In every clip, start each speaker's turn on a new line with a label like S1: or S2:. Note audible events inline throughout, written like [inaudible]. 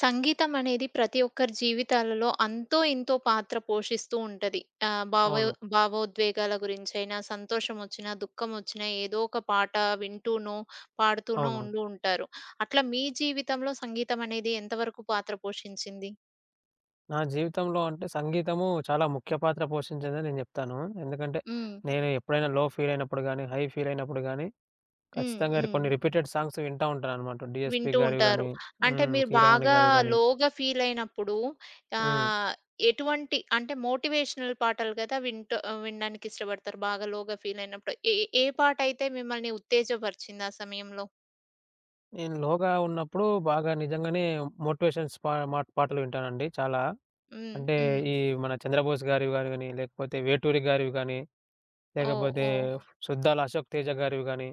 S1: సంగీతం అనేది ప్రతి ఒక్కరి జీవితాలలో అంతో ఇంతో పాత్ర పోషిస్తూ ఉంటది. ఆహ్, భావ
S2: అవును.
S1: భావోద్వేగాల గురించైనా, సంతోషం వచ్చినా, దుఃఖం వచ్చినా ఏదో ఒక పాట వింటూనో, పాడుతూనో
S2: అవునవును.
S1: ఉంటూ ఉంటారు. అట్లా మీ జీవితంలో సంగీతం అనేది ఎంతవరకు పాత్ర పోషించింది?
S2: నా జీవితంలో అంటే సంగీతము చాలా ముఖ్య పాత్ర పోషించిందని నేను జెప్తాను. ఎందుకంటే
S1: హ్మ్.
S2: నేను ఎప్పుడైనా లో ఫీల్ అయినప్పుడు గానీ, హై ఫీల్ అయినప్పుడు గానీ,
S1: హ్మ్.
S2: ఖచ్చితంగా
S1: హ్మ్.
S2: కొన్ని రిపీటెడ్ సాంగ్స్ వింటా ఉంటాననమాట. 'డీఎస్‌పీ'
S1: వింటూ
S2: గారివి
S1: ఉంటారు.
S2: గానీ, హ్మ్.
S1: అంటే
S2: హ్మ్.
S1: మీరు
S2: 'కీరవాణి'
S1: బాగా
S2: గారివి గానీ.
S1: లోగా ఫీలయినప్పుడు
S2: హ్మ్.
S1: ఆహ్, ఎటువంటి అంటే మోటివేషనల్ పాటలు గదా! వింటూ వినడానికి ఇష్టపడతారు బాగా లోగా ఫీలయినప్పుడు. ఏ ఏ పాటయితే మిమ్మల్ని ఉత్తేజపరిచింది ఆ సమయంలో?
S2: నేను లోగా ఉన్నప్పుడు బాగా నిజంగానే మోటివేషన్స్ మా పాటలు వింటానండి చాలా.
S1: హ్మ్.
S2: అంటే
S1: హ్మ్.
S2: ఈ మన 'చంద్రబోస్' గారివి గానీ, లేకపోతే 'వేటూరి' గారివి గానీ,
S1: ఓహ్!
S2: లేకపోతే
S1: ఓహ్!
S2: 'సుద్దాల అశోక్ తేజ' గారివి గానీ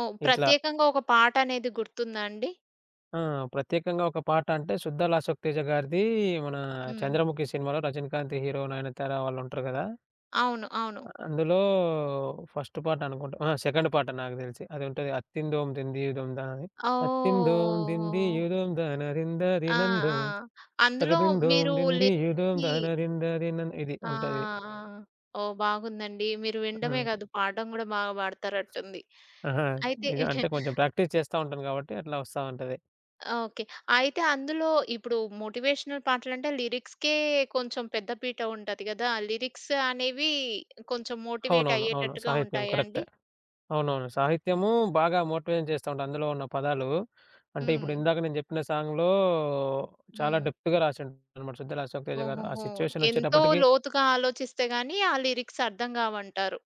S1: ఓహ్!
S2: ఇట్లా
S1: ప్రత్యేకంగా ఒక పాటనేది గుర్తుందా అండి?
S2: ఆ! ప్రత్యేకంగా ఒక పాట అంటే 'శుద్ద లాసోక్తేజ' గారిది మన
S1: హ్మ్.
S2: 'చంద్రముఖి' సినిమాలో రజనీకాంత్ హీరో, నయనతార వాళ్ళుంటారు గదా!
S1: అవును. అవును.
S2: అందులో ఫస్ట్ పాట అనుకుంటా. ఆ! సెకండ్ పాట నాకు దెలిసి. అది ఉంటది. 'అత్తిందోం దిందీయుదోం దాన' అని. అత్తిందోం
S1: ఓహ్!
S2: దిందీయుదోం
S1: ఆ!
S2: దానరిందరినందోం
S1: ఆ! అందులో
S2: తగదిందోం
S1: మీరు
S2: దిందీయుదోం
S1: లిరిక్స్‌కి
S2: దానరిందరినన్ ఇది
S1: ఆ!
S2: ఉంటది.
S1: ఆ! ఓహ్! బాగుందండి. మీరు వినడమే
S2: హ్మ్.
S1: కాదు, పాడడం గూడా బాగా పాడతారట్టుంది.
S2: ఆహా!
S1: అయితే
S2: ఇది అంటే కొంచెం
S1: [laughs]
S2: ప్రాక్టీస్ చేస్తా ఉంటాను గాబట్టి అట్లా వస్తా ఉంటది.
S1: ఓకే. అయితే అందులో ఇప్పుడు మోటివేషనల్ పాటలంటే లిరిక్స్‌కే కొంచెం పెద్ద పీట ఉంటది గదా! లిరిక్స్ అనేవి కొంచెం మోటివేట్
S2: అవునవును. అవును.
S1: అయ్యేటట్టుగా
S2: సాహిత్యం
S1: ఉంటాయా
S2: కరెక్ట్.
S1: అండి?
S2: అవునవును. సాహిత్యము బాగా మోటివేషన్ చేస్తా ఉంటాయి. అందులో ఉన్న పదాలు. అంటే ఇప్పుడు
S1: హ్మ్.
S2: ఇందాక నేను చెప్పిన సాంగ్‌లో చాలా
S1: హ్మ్.
S2: డెప్త్‌గా రాసిండనమాట 'సుద్దాల అశోక్ తేజ' గారు. ఆ
S1: ఓహోహో!
S2: సిట్యుయేషన్
S1: ఎంతో
S2: వచ్చేటప్పటికి
S1: లోతుగా ఆలోచిస్తే గాని ఆ లిరిక్స్ అర్థం కావంటారు.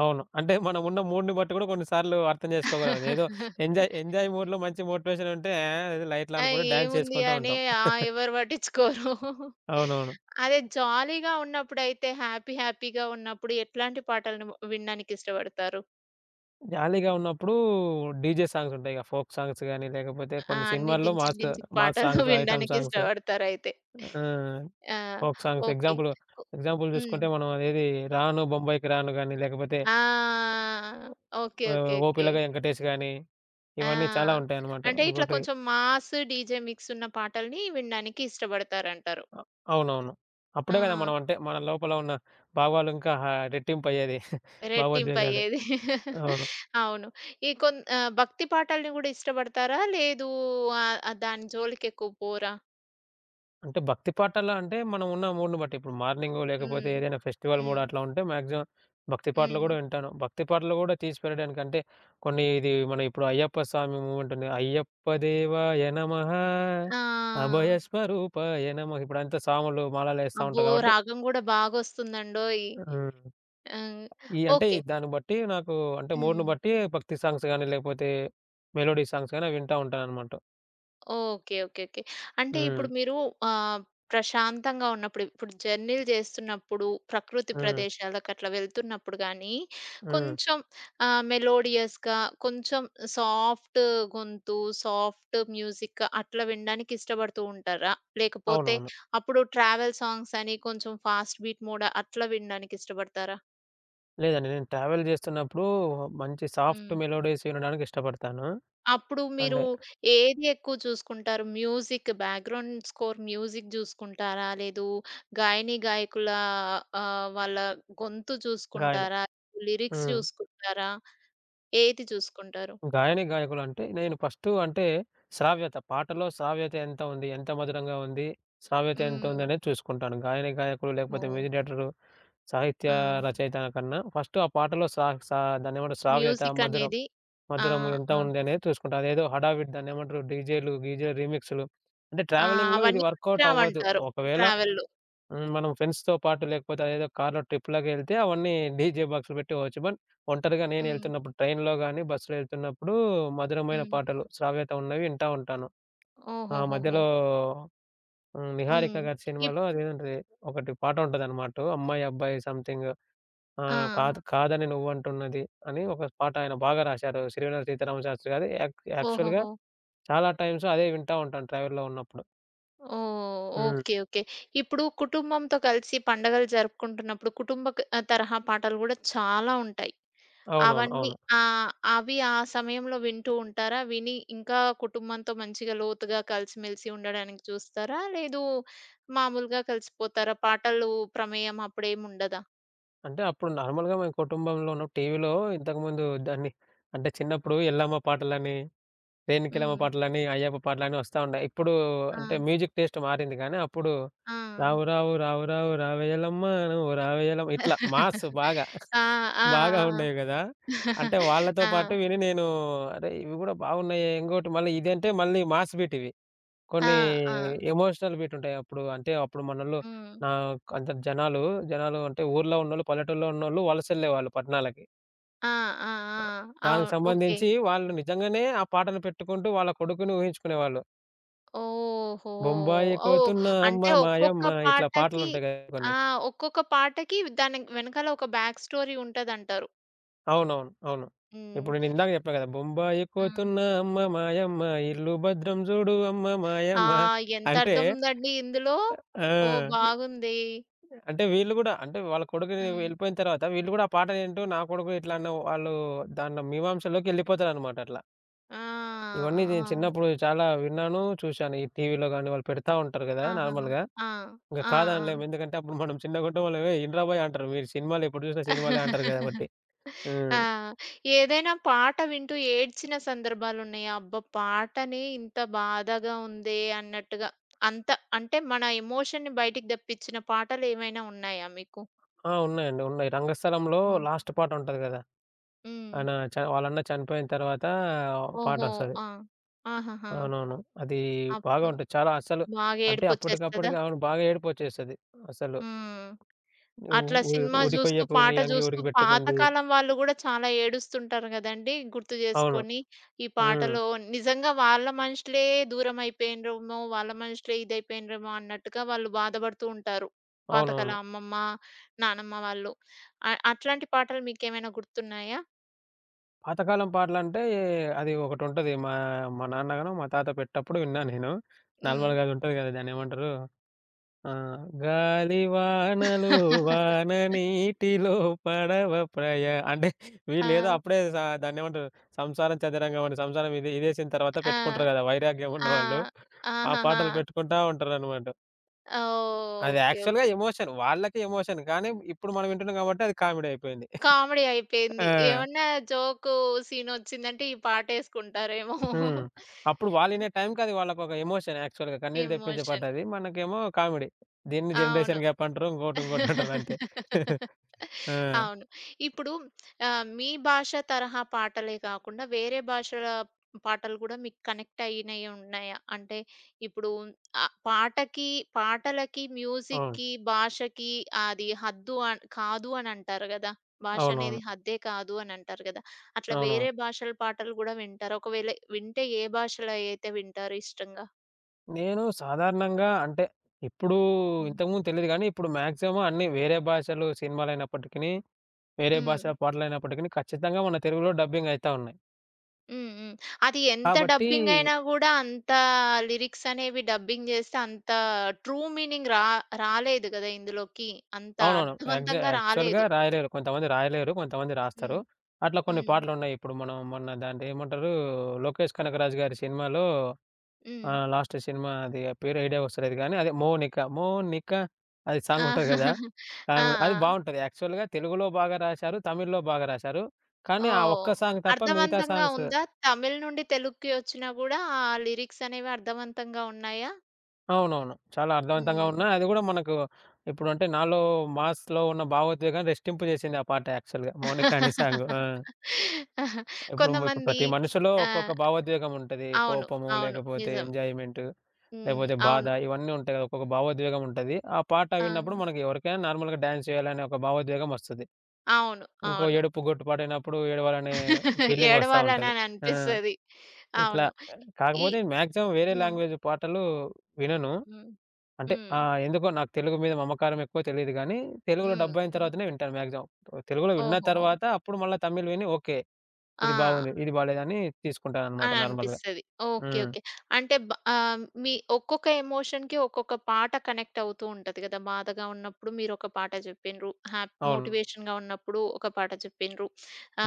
S2: అవును. అంటే మనం ఉన్న మూడ్‌ని బట్టి కూడా కొన్ని సార్లు అర్థం చేసుకోగలం. ఏదో ఎంజాయ్,
S1: [laughs]
S2: ఎంజాయ్ మూడ్‌లో మంచి మోటివేషన్ ఉంటే ఏదో లైట్‌లా
S1: ఆ!
S2: అనుకుంటే డాన్స్
S1: ఏముంది
S2: చేసుకుంటూ
S1: అని
S2: ఉంటాం.
S1: ఆ! ఎవరు పట్టించుకోరు.
S2: అవునవును.
S1: అదే జాలీగా ఉన్నప్పుడైతే హ్యాపీ హ్యాపీగా ఉన్నప్పుడు ఎట్లాంటి పాటలను వినడానికి ఇష్టపడతారు?
S2: జాలీగా ఉన్నప్పుడు డీజే సాంగ్స్ ఉంటాయి. ఇక ఫోక్ సాంగ్స్ గాని, లేకపోతే
S1: ఆ!
S2: కొన్ని
S1: అన్ని
S2: సినిమాల్లో
S1: డించిక్
S2: మాస్,
S1: డించిక్
S2: మాస్
S1: పాటలు [laughs]
S2: సాంగ్స్, ఐటెమ్
S1: వినడానికి
S2: సాంగ్స్.
S1: ఇష్టపడతారయితే.
S2: ఆ!
S1: ఆ!
S2: Folk songs
S1: okay.
S2: ఎగ్జాంపుల్,
S1: కు
S2: ఎగ్జాంపుల్
S1: హ్మ్.
S2: చూసుకుంటే మనం అదేది 'రాను బొంబాయికి రాను' గాని, లేకపోతే
S1: ఆ! ఓకే.
S2: ఆహ్,
S1: ఓకే.
S2: 'ఓ
S1: ఓకే.
S2: పిల్లగా వెంకటేష్' గాని,
S1: ఆ!
S2: ఇవన్నీ చాలా ఉంటాయన్నమాట.
S1: అంటే ఇట్లా
S2: ఇంకోటి
S1: కొంచెం మాస్ డీజే మిక్స్ ఉన్న పాటల్ని వినడానికి ఇష్టపడతారంటారు.
S2: అ అవునవును.
S1: ఆ!
S2: అప్పుడే కదా మనం అంటే మన లోపల ఉన్న భావాలు ఇంకా రెట్టింపయ్యేది [laughs] భావోద్వేగాలు.
S1: రెట్టింపయ్యేది.
S2: అవును.
S1: అవును. భక్తి పాటల్ని గూడా ఇష్టపడతారా? లేదు ఆహ్, ఆహ్, దాని జోలికెక్కువ పోరా?
S2: అంటే భక్తి పాటలు అంటే మనం ఉన్న మూడ్‌ని బట్టి. ఇప్పుడు మార్నింగ్ లేకపోతే
S1: హ్మ్.
S2: ఏదైనా ఫెస్టివల్ మూడ్
S1: హ్మ్.
S2: అట్లా ఉంటే మాక్సిమం భక్తి పాటలు
S1: హ్మ్.
S2: గూడా వింటాను. భక్తి పాటలు గూడా తీసి పెట్టడానికి అంటే కొన్ని ఇది మన ఇప్పుడు అయ్యప్ప స్వామి మూమెంట్ ఉంది. అయ్యప్ప దేవాయ నమః
S1: ఆ!
S2: అభయ స్వరూపాయ నమః ఇప్పుడంతా సాములు మాలలేస్తా
S1: అబ్బో!
S2: ఉంటారు కాబట్టి
S1: రాగం గూడా బాగొస్తుందండోయ్!
S2: హ్మ్.
S1: ఆ!
S2: ఈ అంటే ఈ
S1: ఓకే.
S2: దాన్ని బట్టి నాకు అంటే మూడ్‌ని
S1: హ్మ్.
S2: బట్టి భక్తి సాంగ్స్ గాని లేకపోతే మెలోడీ సాంగ్స్ గాని అవి వింటా ఉంటానన్నమాట.
S1: ఓకే. ఓకే. ఓకే. అంటే
S2: హ్మ్.
S1: ఇప్పుడు మీరు ఆహ్, ప్రశాంతంగా ఉన్నప్పుడు, ఇప్పుడు జర్నీలు చేస్తున్నప్పుడు, ప్రకృతి
S2: హ్మ్.
S1: ప్రదేశాలకు అట్లా వెళ్తున్నప్పుడు గానీ,
S2: హ్మ్.
S1: కొంచెం మెలోడియస్‌గా, కొంచెం సాఫ్ట్ గొంతు, సాఫ్ట్ మ్యూజిక్ అట్లా వినడానికి ఇష్టపడుతూ ఉంటారా? లేకపోతే
S2: అవునవును.
S1: అప్పుడు ట్రావెల్ సాంగ్స్ అని కొంచెం ఫాస్ట్ బీట్ మోడ్ అట్లా వినడానికి ఇష్టపడతారా?
S2: లేదండి. నేను ట్రావెల్ జేస్తున్నప్పుడు మంచి సాఫ్ట్
S1: హ్మ్.
S2: మెలోడీస్ వినడానికి ఇష్టపడతాను.
S1: అప్పుడు మీరు
S2: అంటే
S1: ఏది ఎక్కువ చూసుకుంటారు? మ్యూజిక్ బ్యాక్‌గ్రౌండ్ స్కోర్ మ్యూజిక్ జూసుకుంటారా? లేదు గాయని, గాయకుల వాళ్ళ గొంతు
S2: గాయని
S1: చూసుకుంటారా? లిరిక్స్
S2: హ్మ్.
S1: జూసుకుంటారా? ఏది చూసుకుంటారు?
S2: గాయని, గాయకులంటే నేను ఫస్ట్ అంటే శ్రావ్యత. పాటలో శ్రావ్యత ఎంత ఉంది? ఎంత మధురంగా ఉంది? శ్రావ్యత ఎంత
S1: హ్మ్.
S2: ఉంది? అనేది చూసుకుంటాను. గాయని, గాయకులు లేకపోతే
S1: ఓహ్!
S2: మ్యూజిక్ డైరెక్టరు, సాహిత్య
S1: ఆ!
S2: రచయిత కన్నా ఫస్ట్ ఆ పాటలో సా సా దాన్నేమంటారు శ్రావ్యత,
S1: మ్యూజిక్
S2: మధురం,
S1: అనేది ఆ!
S2: మధురం ఎంత
S1: ఆ!
S2: ఉంది అనేది చూసుకుంటా. అదేదో హడావిడి దాన్నేమంటారు డీజేలు, గీజే రీమిక్స్‌లు అంటే
S1: ఆ!
S2: ట్రావెలింగ్‌లో ఇది
S1: అవన్నీ
S2: వర్కౌట్ అవ్వదు.
S1: పనికిరావంటారు
S2: ఒకవేళ
S1: ట్రావెల్‌లో.
S2: హ్మ్. మనం ఫ్రెండ్స్‌తో పాటు లేకపోతే అదేదో కార్‌లో ట్రిప్‌లాగెళ్తే అవన్నీ డీజే బాక్స్‌లు పెట్టుకోవచ్చు. బట్ ఒంటరిగా నేను
S1: హ్మ్.
S2: ఎళ్తున్నప్పుడు ట్రైన్‌లో గాని, బస్‌లో ఎళ్తున్నప్పుడు మధురమైన
S1: హ్మ్.
S2: పాటలు శ్రావ్యత ఉన్నవి వింటా ఉంటాను. ఆ
S1: ఓహోహోహో!
S2: మధ్యలో హ్మ్. 'నిహారిక'
S1: హ్మ్.
S2: గారి
S1: ఇప్
S2: సినిమాలో అదేదంటది ఒకటి పాట ఉంటదన్నమాట. 'అమ్మాయి అబ్బాయి సంథింగ్'
S1: ఆ!
S2: ఆహ్, కాదు కాదని నువ్వంటున్నది అని ఒక పాట ఆయన బాగా రాశారు. సిరివెన్నెల సీతారామ శాస్త్రి గారు. యాక్చువల్‌గా
S1: ఓహోహో!
S2: చాలా టైమ్స్ అదే వింటా ఉంటాను ట్రావెల్‌లో ఉన్నప్పుడు.
S1: ఓహ్!
S2: హ్మ్.
S1: ఓకే. ఓకే. ఇప్పుడు కుటుంబంతో కలిసి పండగలు జరుపుకుంటున్నప్పుడు తరహా పాటలు గూడా చాలా ఉంటాయి.
S2: అవునవును.
S1: అవన్నీ
S2: అవును.
S1: ఆ! అవి ఆ సమయంలో వింటూ ఉంటారా? విని ఇంకా కుటుంబంతో మంచిగా లోతుగా కలిసిమెలిసి ఉండడానికి చూస్తారా? లేదు మామూలుగా కలిసిపోతారా? పాటలు ప్రమేయం అప్పుడేముండదా?
S2: అంటే అప్పుడు నార్మల్‌గా మేము కుటుంబంలో ఉన్న టీవీలో ఇంతకుముందు దాన్ని అంటే చిన్నప్పుడు ఎల్లమ్మ పాటలని, రేణుకెలమ్మ
S1: హ్మ్.
S2: పాటలని, అయ్యప్ప పాటలని వస్తా ఉండాయి. ఇప్పుడు
S1: ఆ!
S2: అంటే మ్యూజిక్ టేస్ట్ మారింది కానీ అప్పుడు
S1: ఆ!
S2: రావు రావు రావు రావు రావేలమ్మ నువ్వు రావేలమ్మ ఇట్లా మాస్ బాగా.
S1: ఆ! [laughs]
S2: బాగా ఉండేవి గదా! అంటే వాళ్ళతో
S1: ఆ! ఆ! ఆ! [laughs]
S2: పాటు విని నేను అరే! ఇవి గూడా బాగున్నాయే. ఇంకోటి మళ్ళీ ఇదంటే మళ్ళీ మాస్ బీట్ ఇవి.
S1: ఆ!
S2: కొన్ని
S1: ఆ! ఆ!
S2: ఎమోషనల్ బీట్ ఉంటాయి. అప్పుడు అంటే అప్పుడు మనోళ్ళు
S1: హ్మ్.
S2: నాకు అంత జనాలు, జనాలు అంటే ఊర్లో ఉన్నోళ్ళు, పల్లెటూరులో ఉన్నోళ్ళు వలసెళ్ళేవాళ్ళు పట్టణాలకి.
S1: ఆ! ఆ!
S2: ఆ!
S1: ఆ!
S2: దానికి
S1: అవును. ఓకే.
S2: సంబంధించి వాళ్ళు నిజంగానే ఆ పాటలు పెట్టుకుంటూ వాళ్ళ కొడుకుని ఊహించుకునేవాళ్ళు.
S1: ఓహో!
S2: బొంబాయి
S1: ఓహ్!
S2: కోతున్న
S1: అంటే
S2: అమ్మ
S1: ఒక్కొక్క
S2: మాయమ్మ ఇట్లా
S1: పాటకి
S2: పాటలుంటాయి కదా కొన్ని.
S1: ఆ! ఒక్కొక్క పాటకి దాని వెనకాల ఒక బ్యాక్ స్టోరీ ఉంటదంటారు.
S2: అవునవును. అవును.
S1: హ్మ్.
S2: ఇప్పుడు నేను ఇందాక చెప్పా కదా! బొంబాయి
S1: హ్మ్.
S2: కోతున్న అమ్మ మాయమ్మ ఇల్లు భద్రం జూడు అమ్మ
S1: ఆ!
S2: మాయమ్మ
S1: ఎంత
S2: అంటే
S1: అర్థం ఉందండి ఇందులో. ఓహ్!
S2: ఆ!
S1: బాగుంది.
S2: అంటే వీళ్ళు గూడా అంటే వాళ్ళ కొడుకు
S1: హ్మ్.
S2: వెళ్ళిపోయిన తర్వాత వీళ్ళు గూడా ఆ పాట ఏంటో నా కొడుకు ఇట్లా అన్న వాళ్ళు దాంట్లో మీమాంసలోకి వెళ్ళిపోతారనమాట అట్లా.
S1: ఆ!
S2: ఇవన్నీ నేను
S1: ఆ!
S2: చిన్నప్పుడు చాలా విన్నాను, చూశాను. ఈ టీవీలో గాని వాళ్ళు పెడతా ఉంటారు గదా!
S1: ఆహాహా!
S2: నార్మల్‌గా.
S1: ఆ!
S2: ఇంక
S1: ఆ! ఆ!
S2: కాదనలేము. ఎందుకంటే అప్పుడు మనం చిన్నగుంటే వాళ్ళు "ఏయ్! ఇనరా బోయ్" అంటారు. మీరు సినిమాలు ఎప్పుడు చూసినా సినిమాలే అంటారు
S1: [laughs]
S2: కాబట్టి. హ్మ్.
S1: ఆ! ఏదైనా పాట వింటూ ఏడ్చిన సందర్భాలున్నాయా? అబ్బా! పాటనే ఇంత బాధగా ఉందే అన్నట్టుగా. అంత అంటే మన ఎమోషన్‌ని బయటికి తెప్పించిన పాటలేమైనా ఉన్నాయా మీకు?
S2: ఆ! ఉన్నాయండి. ఉన్నాయి. 'రంగస్థలంలో'
S1: హ్మ్.
S2: లాస్ట్ పాట ఉంటది గదా!
S1: హ్మ్.
S2: ఆయన వాళ్ళ అన్న చనిపోయిన తర్వాత
S1: ఓహో!
S2: పాటొస్తది.
S1: ఆ! ఆహాహా!
S2: అవునవును. అది బాగా
S1: అప్పుడు
S2: ఉంటది. చాలా అసలు
S1: బాగా
S2: అంటే
S1: ఏడుపొచ్చేస్తదా?
S2: అప్పటికప్పటికి అవును బాగా ఏడుపొచ్చేస్తది అసలు.
S1: హ్మ్.
S2: ఉ
S1: అట్లా
S2: ఉరి
S1: సినిమా జూస్తూ,
S2: ఉరికొయ్యకుని
S1: పాట
S2: అంగి
S1: జూస్తూ
S2: ఉడికిబెట్టుకుంది.
S1: పాతకాలం వాళ్ళు గూడా చాలా ఏడుస్తుంటారు గదండీ! గుర్తు
S2: అవును.
S1: జేసుకొని. ఈ
S2: హ్మ్.
S1: పాటలో నిజంగా వాళ్ళ మనుషులే దూరం అయిపోయిండ్రేమో, వాళ్ళ మనుషులే ఇదైపోయిండ్రేమో అన్నట్టుగా వాళ్ళు బాధబడుతూ ఉంటారు.
S2: అవునవును.
S1: పాతకాలం అమ్మమ్మ, నానమ్మ వాళ్ళు. అట్లాంటి పాటలు మీకేమైనా గుర్తున్నాయా?
S2: పాతకాలం పాటలంటే అది ఒకటుంటది. మా మా నాన్నగానో, మా తాత పెట్టేటప్పుడు విన్నా నేను.
S1: హ్మ్.
S2: నార్మల్‌గా అది ఉంటది గదా! దాన్నేమంటారు? ఆహ్, గాలి వానలు వాన
S1: [laughs]
S2: నీటిలో పడవ అంటే వీళ్ళేదో
S1: ఆ!
S2: అప్పుడే దాన్నేమంటారు? సంసారం చదరంగం అని సంసారం ఇది ఇదేసిన తర్వాత
S1: ఆ!
S2: పెట్టుకుంటారు గదా! వైరాగ్యం
S1: ఆ!
S2: ఉన్నవాళ్ళు. ఆ
S1: ఆహాహా!
S2: పాటలు పెట్టుకుంటా ఉంటారనమాట.
S1: ఓహ్!
S2: అది
S1: ఓకే.
S2: యాక్చువల్‌గా
S1: ఓకే.
S2: ఎమోషన్. వాళ్ళకి ఎమోషన్. కానీ ఇప్పుడు మనం వింటున్నాం కాబట్టి అది కామెడీ అయిపోయింది.
S1: కామెడీ అయిపోయింది.
S2: ఆ!
S1: ఏమన్నా జోకు సీనొచ్చిందంటే ఈ పాటేసుకుంటారేమో.
S2: హ్మ్. అప్పుడు
S1: [laughs]
S2: వాళ్ళినే టైంకి అది వాళ్ళకొక ఎమోషన్ యాక్చువల్‌గా. కన్నీళ్లు తెప్పించే పాట
S1: ఎమోషన్.
S2: అది. మనకేమో కామెడీ. దీన్ని
S1: అవును.
S2: జనరేషన్ గ్యాప్ అంటారు. ఇంకోటి ఇంకోటి అంటారు అంతే.
S1: [laughs]
S2: ఆ!
S1: అవును. ఇప్పుడు మీ భాష తరహా పాటలే కాకుండా వేరే భాషల పాటలు గూడా మీకు కనెక్ట్ అయినయి ఉన్నాయా? అంటే ఇప్పుడు పాటకి పాటలకి,
S2: అవును.
S1: మ్యూజిక్‌కి, భాషకి అది హద్దు కాదు అనంటారు గదా! భాష అనేది
S2: అవునవును.
S1: హద్దే కాదు అనంటారు గదా! అట్లా
S2: అవునవును.
S1: వేరే భాషల పాటలు గూడా వింటారా? ఒకవేళ వింటే ఏ భాషలో అయితే వింటారు ఇష్టంగా?
S2: నేను సాధారణంగా అంటే ఇప్పుడు
S1: హ్మ్.
S2: ఇంతకుముందు తెలీదు గానీ, ఇప్పుడు మాక్సిమం అన్నీ వేరే భాషలు సినిమాలైనప్పటికిని, వేరే
S1: హ్మ్.
S2: భాష పాటలైనప్పటికిని ఖచ్చితంగా మన తెలుగులో డబ్బింగ్ అయితా ఉన్నాయి.
S1: హ్మ్. హ్మ్. అది ఎంత
S2: కాబట్టి
S1: డబ్బింగ్ అయినా గూడా అంత లిరిక్స్ అనేవి డబ్బింగ్ జేస్తే అంత ట్రూ మీనింగ్ రాలేదు గదా! ఇందులోకి. అంత
S2: అవునవును.
S1: అర్థవంతంగా
S2: యాక్చువల్‌గా
S1: రాలేదు.
S2: రాయలేరు. కొంతమంది రాయలేరు. కొంతమంది రాస్తారు.
S1: హ్మ్.
S2: అట్లా కొన్ని
S1: హ్మ్.
S2: పాటలున్నాయి. ఇప్పుడు మనం మొన్న దాంట్లో ఏమంటారు 'లోకేష్ కనకరాజు' గారి సినిమాలో
S1: హ్మ్.
S2: ఆహ్, లాస్ట్ సినిమా అది ఆ పేరు ఐడియా వస్తలేదు గానీ, అదే 'మౌనిక, మౌనిక' అది
S1: ఆ!
S2: సాంగ్ ఉంటది కదా!
S1: [laughs] ఆ!
S2: ఆవిడ అది
S1: ఆ!
S2: బావుంటది. యాక్చువల్‌గా తెలుగులో బాగా రాశారు. తమిళ్‌లో బాగా రాశారు. కానీ ఆ
S1: ఓహ్!
S2: ఒక్క సాంగ్ తప్ప మిగతా
S1: అర్థవంతంగా
S2: సాంగ్స్
S1: ఉందా? తమిళ్ నుండి తెలుగుకి ఒచ్చినా గూడా ఆ లిరిక్స్ అనేవి అర్థవంతంగా ఉన్నాయా?
S2: అవునవును. చాలా అర్థవంతంగా ఉన్న
S1: హ్మ్.
S2: అది కూడా మనకు ఇప్పుడంటే నాలో మాస్‌లో ఉన్న భావోద్వేగాన్ని రెట్టింపు చేసింది ఆ పాట యాక్చువల్‌గా 'మౌనిక' అనే సాంగు. ఆ!
S1: [laughs]
S2: ఇప్పుడు
S1: కొంతమంది
S2: ప్రతి మనిషిలో
S1: ఆ!
S2: ఒక్కొక్క భావోద్వేగం ఉంటది.
S1: అవును.
S2: కోపము,
S1: అవును.
S2: లేకపోతే
S1: నిజం.
S2: ఎంజాయ్‌మెంటు,
S1: హ్మ్.
S2: లేకపోతే బాధ
S1: అవును.
S2: ఇవన్నీ ఉంటాయి కదా! ఒక్కొక్క భావోద్వేగం ఉంటది. ఆ పాట
S1: ఆ!
S2: విన్నప్పుడు మనకి ఎవరికైనా నార్మల్‌గా డాన్స్ చేయాలనే ఒక భావోద్వేగం వస్తది.
S1: అవును.
S2: ఇంకో
S1: అవును.
S2: ఏడుపు గొట్టుపాటైనప్పుడు ఏడవాలనే
S1: [laughs]
S2: ఫీలింగ్ వస్తా
S1: ఏడవాలని
S2: ఉంటది. ఆ!
S1: అనిపిస్తది.
S2: ఇట్లా
S1: అవును. ఈ
S2: కాకపోతే మాక్సిమం వేరే
S1: హ్మ్.
S2: లాంగ్వేజ్ పాటలు వినను.
S1: హ్మ్.
S2: అంటే
S1: హ్మ్.
S2: ఆహ్, ఎందుకో నాకు తెలుగు మీద మమకారం ఎక్కువ తెలీదు గానీ, తెలుగులో
S1: హ్మ్.
S2: డబ్ అయిన
S1: హ్మ్.
S2: తర్వాతనే వింటాను మాక్సిమం. తెలుగులో విన్న
S1: ఓహోహో!
S2: తర్వాత అప్పుడు మళ్ళా తమిళ్ విని ఓకే. ఇది
S1: ఆ!
S2: బాగుంది. ఇది బాలేదని తీసుకుంటాననమాట
S1: అని
S2: నార్మల్‌గా.
S1: అనిపిస్తది. ఓకే.
S2: హ్మ్.
S1: ఓకే. అంటే మీ ఒక్కొక్క ఎమోషన్‌కి ఒక్కొక్క పాట కనెక్ట్ అవుతూ ఉంటది గదా! బాధగా ఉన్నప్పుడు మీరొక పాట జెప్పిన్రు.
S2: అవును.
S1: మోటివేషన్‌గా ఉన్నప్పుడు ఒక పాట జెప్పిన్రు.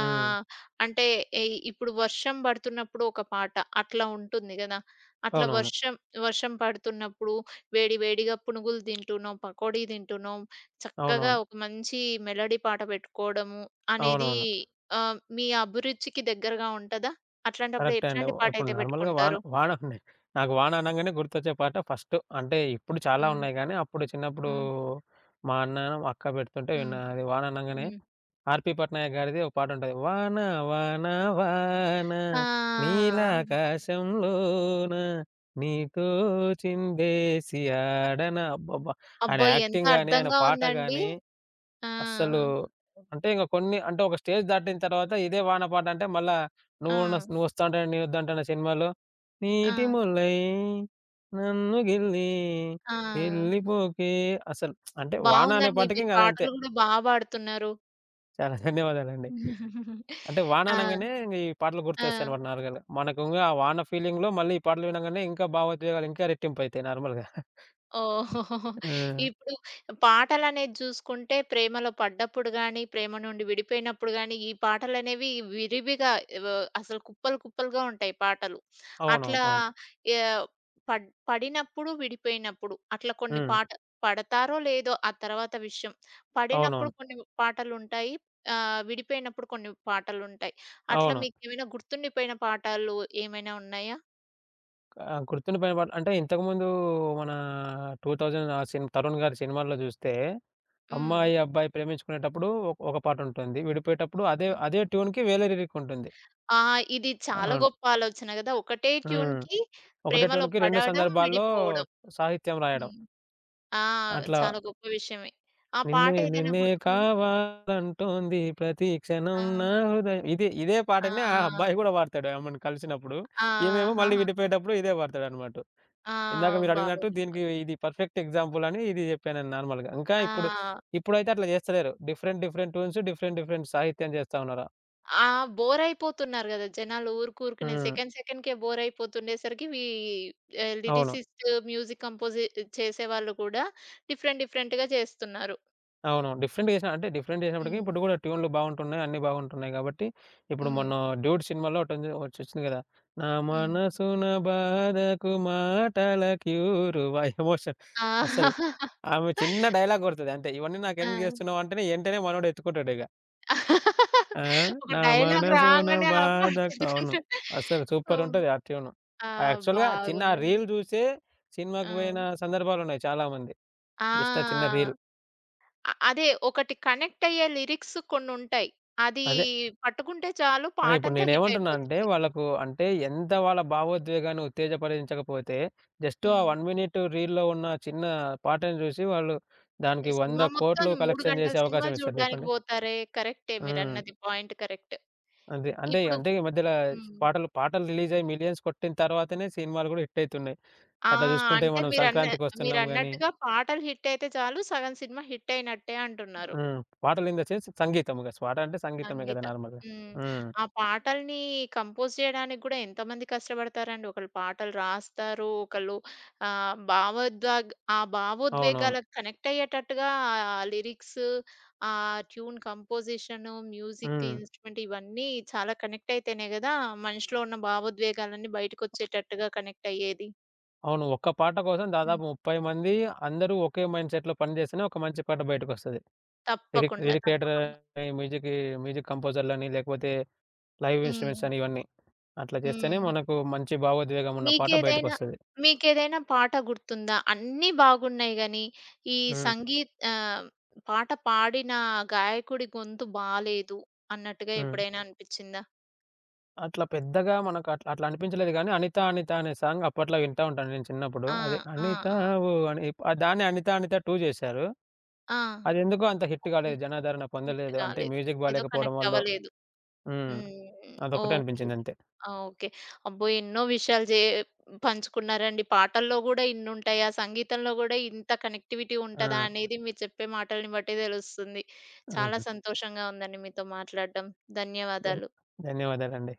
S2: హ్మ్.
S1: అంటే ఎ ఇప్పుడు వర్షం బడుతున్నప్పుడు ఒక పాట అట్లా ఉంటుంది గదా! అట్లా
S2: అవునవును.
S1: వర్షం వర్షం పడుతున్నప్పుడు వేడి వేడిగా పునుగులు తింటున్నాం, పకోడీ తింటున్నాం, చక్కగా
S2: అవునవును.
S1: ఒక మంచి మెలోడీ పాట పెట్టుకోవడము అనేది
S2: అవునవును.
S1: మీ అభిరుచికి దగ్గరగా ఉంటదా? అట్లాంటప్పుడు
S2: కరెక్టే అండి.
S1: ఎట్లాంటి
S2: ఇప్పుడు
S1: పాటయితే
S2: నార్మల్‌గా వాన
S1: పెట్టుకుంటారు?
S2: వాన ఉన్నాయి. నాకు వాన అనంగానే గుర్తొచ్చే పాట ఫస్ట్ అంటే ఇప్పుడు చాలా
S1: హ్మ్.
S2: ఉన్నాయి గానీ, అప్పుడు చిన్నప్పుడు
S1: హ్మ్.
S2: మా అన్న, మా అక్క పెడుతుంటే
S1: హ్మ్.
S2: విన్నా. అది వాన అనంగానే
S1: హ్మ్.
S2: ఆర్‌పీ పట్నాయక్ గారిది ఒక పాట ఉంటది. వాన వాన వాన
S1: ఆ!
S2: నీలాకాశంలోన నీతో చిందేసి ఆడన అబ్బబ్బా! ఆయన
S1: అబ్బో! ఎంత
S2: యాక్టింగ్ గాని, ఆయన
S1: అర్థంగా
S2: పాట
S1: ఉందండి.
S2: గాని
S1: ఆ!
S2: అస్సలు అంటే ఇంక కొన్ని అంటే ఒక స్టేజ్ దాటిన తర్వాత ఇదే వాన పాట అంటే మళ్ళా
S1: ఆ!
S2: నువ్వొస్తాంటే నేనొద్దంటాన సినిమాలో నీటి
S1: ఆ!
S2: ముల్లై నన్ను గిల్లి
S1: ఆ!
S2: వెళ్ళిపోకే అసలు అంటే వాన అనే
S1: బావుందండి.
S2: పాటకి
S1: మీరు
S2: ఇంక అదంతే.
S1: పాటలు గూడా పాడుతున్నారు.
S2: చాలా ధన్యవాదాలండి.
S1: [laughs]
S2: అంటే వాన
S1: ఆ!
S2: అనంగానే ఇంగ ఈ పాటలు
S1: ఆ!
S2: గుర్తొస్తాయనమాట నార్మల్‌గా. మనకు ఇంగ ఆ వాన ఫీలింగ్‌లో మళ్ళీ ఈ పాటలు వినంగానే ఇంకా భావోద్వేగాలు ఇంకా రెట్టింపయితాయి నార్మల్‌గా.
S1: ఓహో!
S2: హ్మ్.
S1: ఇప్పుడు పాటలనేది జూసుకుంటే ప్రేమలో పడ్డప్పుడు గాని, ప్రేమ నుండి విడిపోయినప్పుడు గాని, ఈ పాటలనేవి విరివిగా వ అసలు కుప్పలు కుప్పలుగా ఉంటాయి పాటలు.
S2: అవునవును.
S1: అట్లా
S2: అవును.
S1: అవును. యాహ్! పడినప్పుడు, విడిపోయినప్పుడు అట్లా కొన్ని
S2: హ్మ్.
S1: పాట పడతారో లేదో ఆ తర్వాత విషయం. పడినప్పుడు
S2: అవునవును.
S1: కొన్ని పాటలుంటాయి. విడిపోయినప్పుడు కొన్ని పాటలుంటాయి. అట్లా
S2: అవును.
S1: మీకేమైనా గుర్తుండిపోయిన పాటలు ఏమైనా ఉన్నాయా?
S2: ఆహ్, గుర్తుండిపోయిన పాటలు అంటే ఇంతకుముందు మన 2000 ఆ సిన్ 'తరుణ్' గారి సినిమాల్లో చూస్తే,
S1: హ్మ్.
S2: అమ్మాయి, అబ్బాయి ప్రేమించుకునేటప్పుడు ఒక ఒక పాటుంటుంది. విడిపోయేటప్పుడు అదే అదే ట్యూన్‌కి వేరే లిరిక్ ఉంటుంది.
S1: ఆ! ఇది చాలా
S2: అవును.
S1: గొప్ప ఆలోచన గదా! ఒకటే
S2: హ్మ్.
S1: ట్యూన్‌కి
S2: ఒకటే
S1: ప్రేమలో
S2: ట్యూన్‌కి 2
S1: పడడం,
S2: సందర్భాల్లో
S1: విడిపోవడం.
S2: సాహిత్యం రాయడం.
S1: హ్మ్. ఆ!
S2: అట్లా
S1: చాలా గొప్ప విషయమే. ఆ పాట
S2: నిన్నే
S1: ఏదైనా
S2: నిన్నే
S1: గుర్తుకుందా?
S2: కావాలంటోంది ప్రతి క్షణం
S1: ఆ!
S2: నా హృదయం. ఇదే పాటనే ఆ అబ్బాయి
S1: ఆ!
S2: గూడా పాడతాడు ఆమెను కలిసినప్పుడు. ఈమేమో మళ్ళీ
S1: ఆహాహా!
S2: విడిపోయేటప్పుడు ఇదే పాడతాడనమాట.
S1: ఆ!
S2: ఇందాక మీరడిగినట్టు
S1: బాగుంది.
S2: దీనికి ఇది పర్ఫెక్ట్ ఎగ్జాంపుల్ అని ఇది జెప్పాను నేను నార్మల్‌గా. ఇంకా ఇప్పుడు
S1: ఆ!
S2: ఇప్పుడైతే అట్లా జేస్తలేరు. Different, different tunes, different, different సాహిత్యం జేస్తా ఉన్నారు.
S1: ఆ! బోర్ అయిపోతున్నారు గదా! జనాలు ఊరుకూరుకనే
S2: హ్మ్.
S1: సెకండ్ సెకండ్‌కే బోర్ అయిపోతుండేసరికి
S2: అవును.
S1: లిరిసిస్ట్, మ్యూజిక్ కంపోజ్ చేసేవాళ్ళు కూడా డిఫరెంట్ డిఫరెంట్‌గా చేస్తున్నారు.
S2: అవునవును. డిఫరెంట్‌గా చేసిన అంటే డిఫరెంట్ చేసినప్పటికి
S1: హ్మ్.
S2: ఇప్పుడు కూడా ట్యూన్‌లు బాగుంటున్నాయి. అన్నీ బాగుంటున్నాయి గాబట్టి, ఇప్పుడు
S1: హ్మ్.
S2: మొన్న 'డ్యూడ్' సినిమాలో ఒకటుంది ఒకటొచ్చింది గదా! నా
S1: హ్మ్.
S2: మనసున బాధకు మాటల క్యూరువా ఎమోషన్.
S1: ఆ!
S2: అసలు
S1: [laughs]
S2: ఆమె చిన్న డైలాగ్ కొడతది అంతే. ఇవన్నీ
S1: ఆ!
S2: నాకెందుకు జేస్తున్నావు అంటేనే ఎంటనే మనోడు ఎత్తుకుంటాడిగ. ఆ!
S1: ఒక
S2: నా
S1: డైలాగ్
S2: మనసున
S1: రాంగానే ఆ పాట
S2: బాధకు అవును.
S1: ఎందుకంటే
S2: అసలు
S1: హ్మ్.
S2: సూపరుంటది ఆ ట్యూను.
S1: ఆ!
S2: ఆ యాక్చువల్‌గా చిన్న ఆ
S1: బాగుందండి.
S2: రీల్ జూసే సినిమాకి
S1: ఆ!
S2: పోయిన సందర్భాలున్నాయి చాలామంది. జస్ట్ ఆ చిన్న
S1: ఆ!
S2: రీల్.
S1: అదే ఒకటి కనెక్ట్ అయ్యే లిరిక్స్ కొన్నుంటాయి. అది
S2: అదే
S1: పట్టుకుంటే చాలు
S2: ఆ! ఇప్పుడు
S1: పాటంతా హిట్
S2: నేనేమంటున్నా అంటే,
S1: అయిపోతుంది.
S2: వాళ్ళకు అంటే ఎంత వాళ్ళ భావోద్వేగాన్ని ఉత్తేజపరించకపోతే, జస్ట్ ఆ
S1: హ్మ్.
S2: 1 మినిట్ రీల్‌లో ఉన్న చిన్న పాటను చూసి వాళ్ళు దానికి
S1: సినిమా మొత్తం
S2: 1,00,00,00,000
S1: 3
S2: కలెక్షన్
S1: గంటల
S2: చేసే
S1: సినిమా
S2: అవకాశం ఇస్తారు
S1: చూడ్డానికి
S2: చెప్పండి.
S1: పోతారే! కరెక్టే
S2: హ్మ్.
S1: మీరన్నది పాయింట్ కరెక్ట్.
S2: అంతే. అంటే
S1: ఇప్పుడు
S2: అంటే ఈ మధ్యల
S1: హ్మ్.
S2: పాటలు పాటలు రిలీజ్ అయ్యి మిలియన్స్ కొట్టిన తర్వాతనే సినిమాలు కూడా హిట్ అయితున్నాయి.
S1: ఆ!
S2: అట్లా చూసుకుంటే
S1: అంటే
S2: మనం
S1: మీరన్న
S2: సంక్రాంతికొస్తున్నాం గానీ
S1: మీరన్నట్టుగా పాటలు హిట్ అయితే చాలు సగం సినిమా హిట్ అయినట్టే అంటున్నారు.
S2: హ్మ్. పాటలు ఇన్ ద సెన్స్ సంగీతం ఇక. పాట అంటే సంగీతమే కదా!
S1: సంగీతం.
S2: నార్మల్‌గా.
S1: హ్మ్.
S2: హ్మ్.
S1: ఆ పాటల్ని కంపోజ్ జేయడానికి గూడా ఎంతమంది కష్టపడతారండి. ఒకళ్ళు పాటలు రాస్తారు. ఒకళ్ళు ఆహ్, భావోద్వేగ్ ఆ
S2: అవునవును.
S1: భావోద్వేగాలకు కనెక్ట్ అయ్యేటట్టుగా ఆ లిరిక్స్, ఆ ట్యూన్ కంపోజిషను, మ్యూజిక్
S2: హ్మ్.
S1: ఇన్‌స్ట్రుమెంట్ ఇవన్నీ చాలా కనెక్ట్ అయితేనే గదా! మనిషిలో ఉన్న భావోద్వేగాలన్నీ బయటకొచ్చేటట్టుగా కనెక్ట్ అయ్యేది.
S2: అవును. ఒక్క పాట కోసం
S1: హ్మ్.
S2: దాదాపు 30 మంది అందరూ ఒకే మైండ్ సెట్‌లో పని చేస్తేనే ఒక మంచి పాట బయటకొస్తది. లిరిక్
S1: తప్పకుండా.
S2: లిరిక్ రైటర్
S1: తప్పకుండా.
S2: అని, మ్యూజిక్ మ్యూజిక్ కంపోజర్‌లని, లేకపోతే లైవ్
S1: హ్మ్.
S2: ఇన్‌స్ట్రుమెంట్స్ అని ఇవన్నీ. అట్లా చేస్తేనే
S1: హ్మ్.
S2: మనకు మంచి భావోద్వేగం ఉన్న పాట
S1: మీకేదైనా
S2: బయటకొస్తది.
S1: మీకేదైనా పాట గుర్తుందా? అన్నీ బాగున్నాయి గానీ, ఈ
S2: హ్మ్.
S1: సంగీత్ ఆహ్, పాట పాడిన గాయకుడి గొంతు బాలేదు అన్నట్టుగా
S2: హ్మ్.
S1: ఎప్పుడైనా అనిపిచ్చిందా?
S2: అట్లా పెద్దగా మనకు అట్లా అట్లా అనిపించలేదు గానీ 'అనిత అనిత' అనే సాంగ్ అప్పట్లో వింటా ఉంటాను నేను చిన్నప్పుడు.
S1: ఆ!
S2: అది
S1: ఆ!
S2: 'అనిత
S1: ఆ!
S2: ఓ' అని ఆ దాన్ని 'అనిత అనిత 2' చేశారు.
S1: ఆ!
S2: అదెందుకో అంత హిట్
S1: ఓకే.
S2: కాలేదు. జనాదరణ
S1: హిట్
S2: పొందలేదు. అంటే
S1: కాలేదు.
S2: మ్యూజిక్
S1: ఏదో
S2: బాలేకపోవడం
S1: కనెక్ట్
S2: వల్లో.
S1: అవ్వలేదు.
S2: హ్మ్.
S1: హ్మ్.
S2: అదొక్కటే
S1: ఓకే.
S2: అనిపించిందంతే.
S1: ఆ! ఓకే. అబ్బో! ఎన్నో విషయాలు పంచుకున్నారండి. పాటల్లో గూడా ఇన్నుంటాయా? సంగీతంలో గూడా ఇంత కనెక్టివిటీ
S2: ఆ!
S1: ఉంటదా? అనేది మీరు చెప్పే మాటల్ని బట్టి తెలుస్తుంది. చాలా
S2: ఆహా!
S1: సంతోషంగా ఉందండి మీతో మాట్లాడడం.
S2: ధన్
S1: ధన్యవాదాలు.
S2: ధన్యవాదాలండి.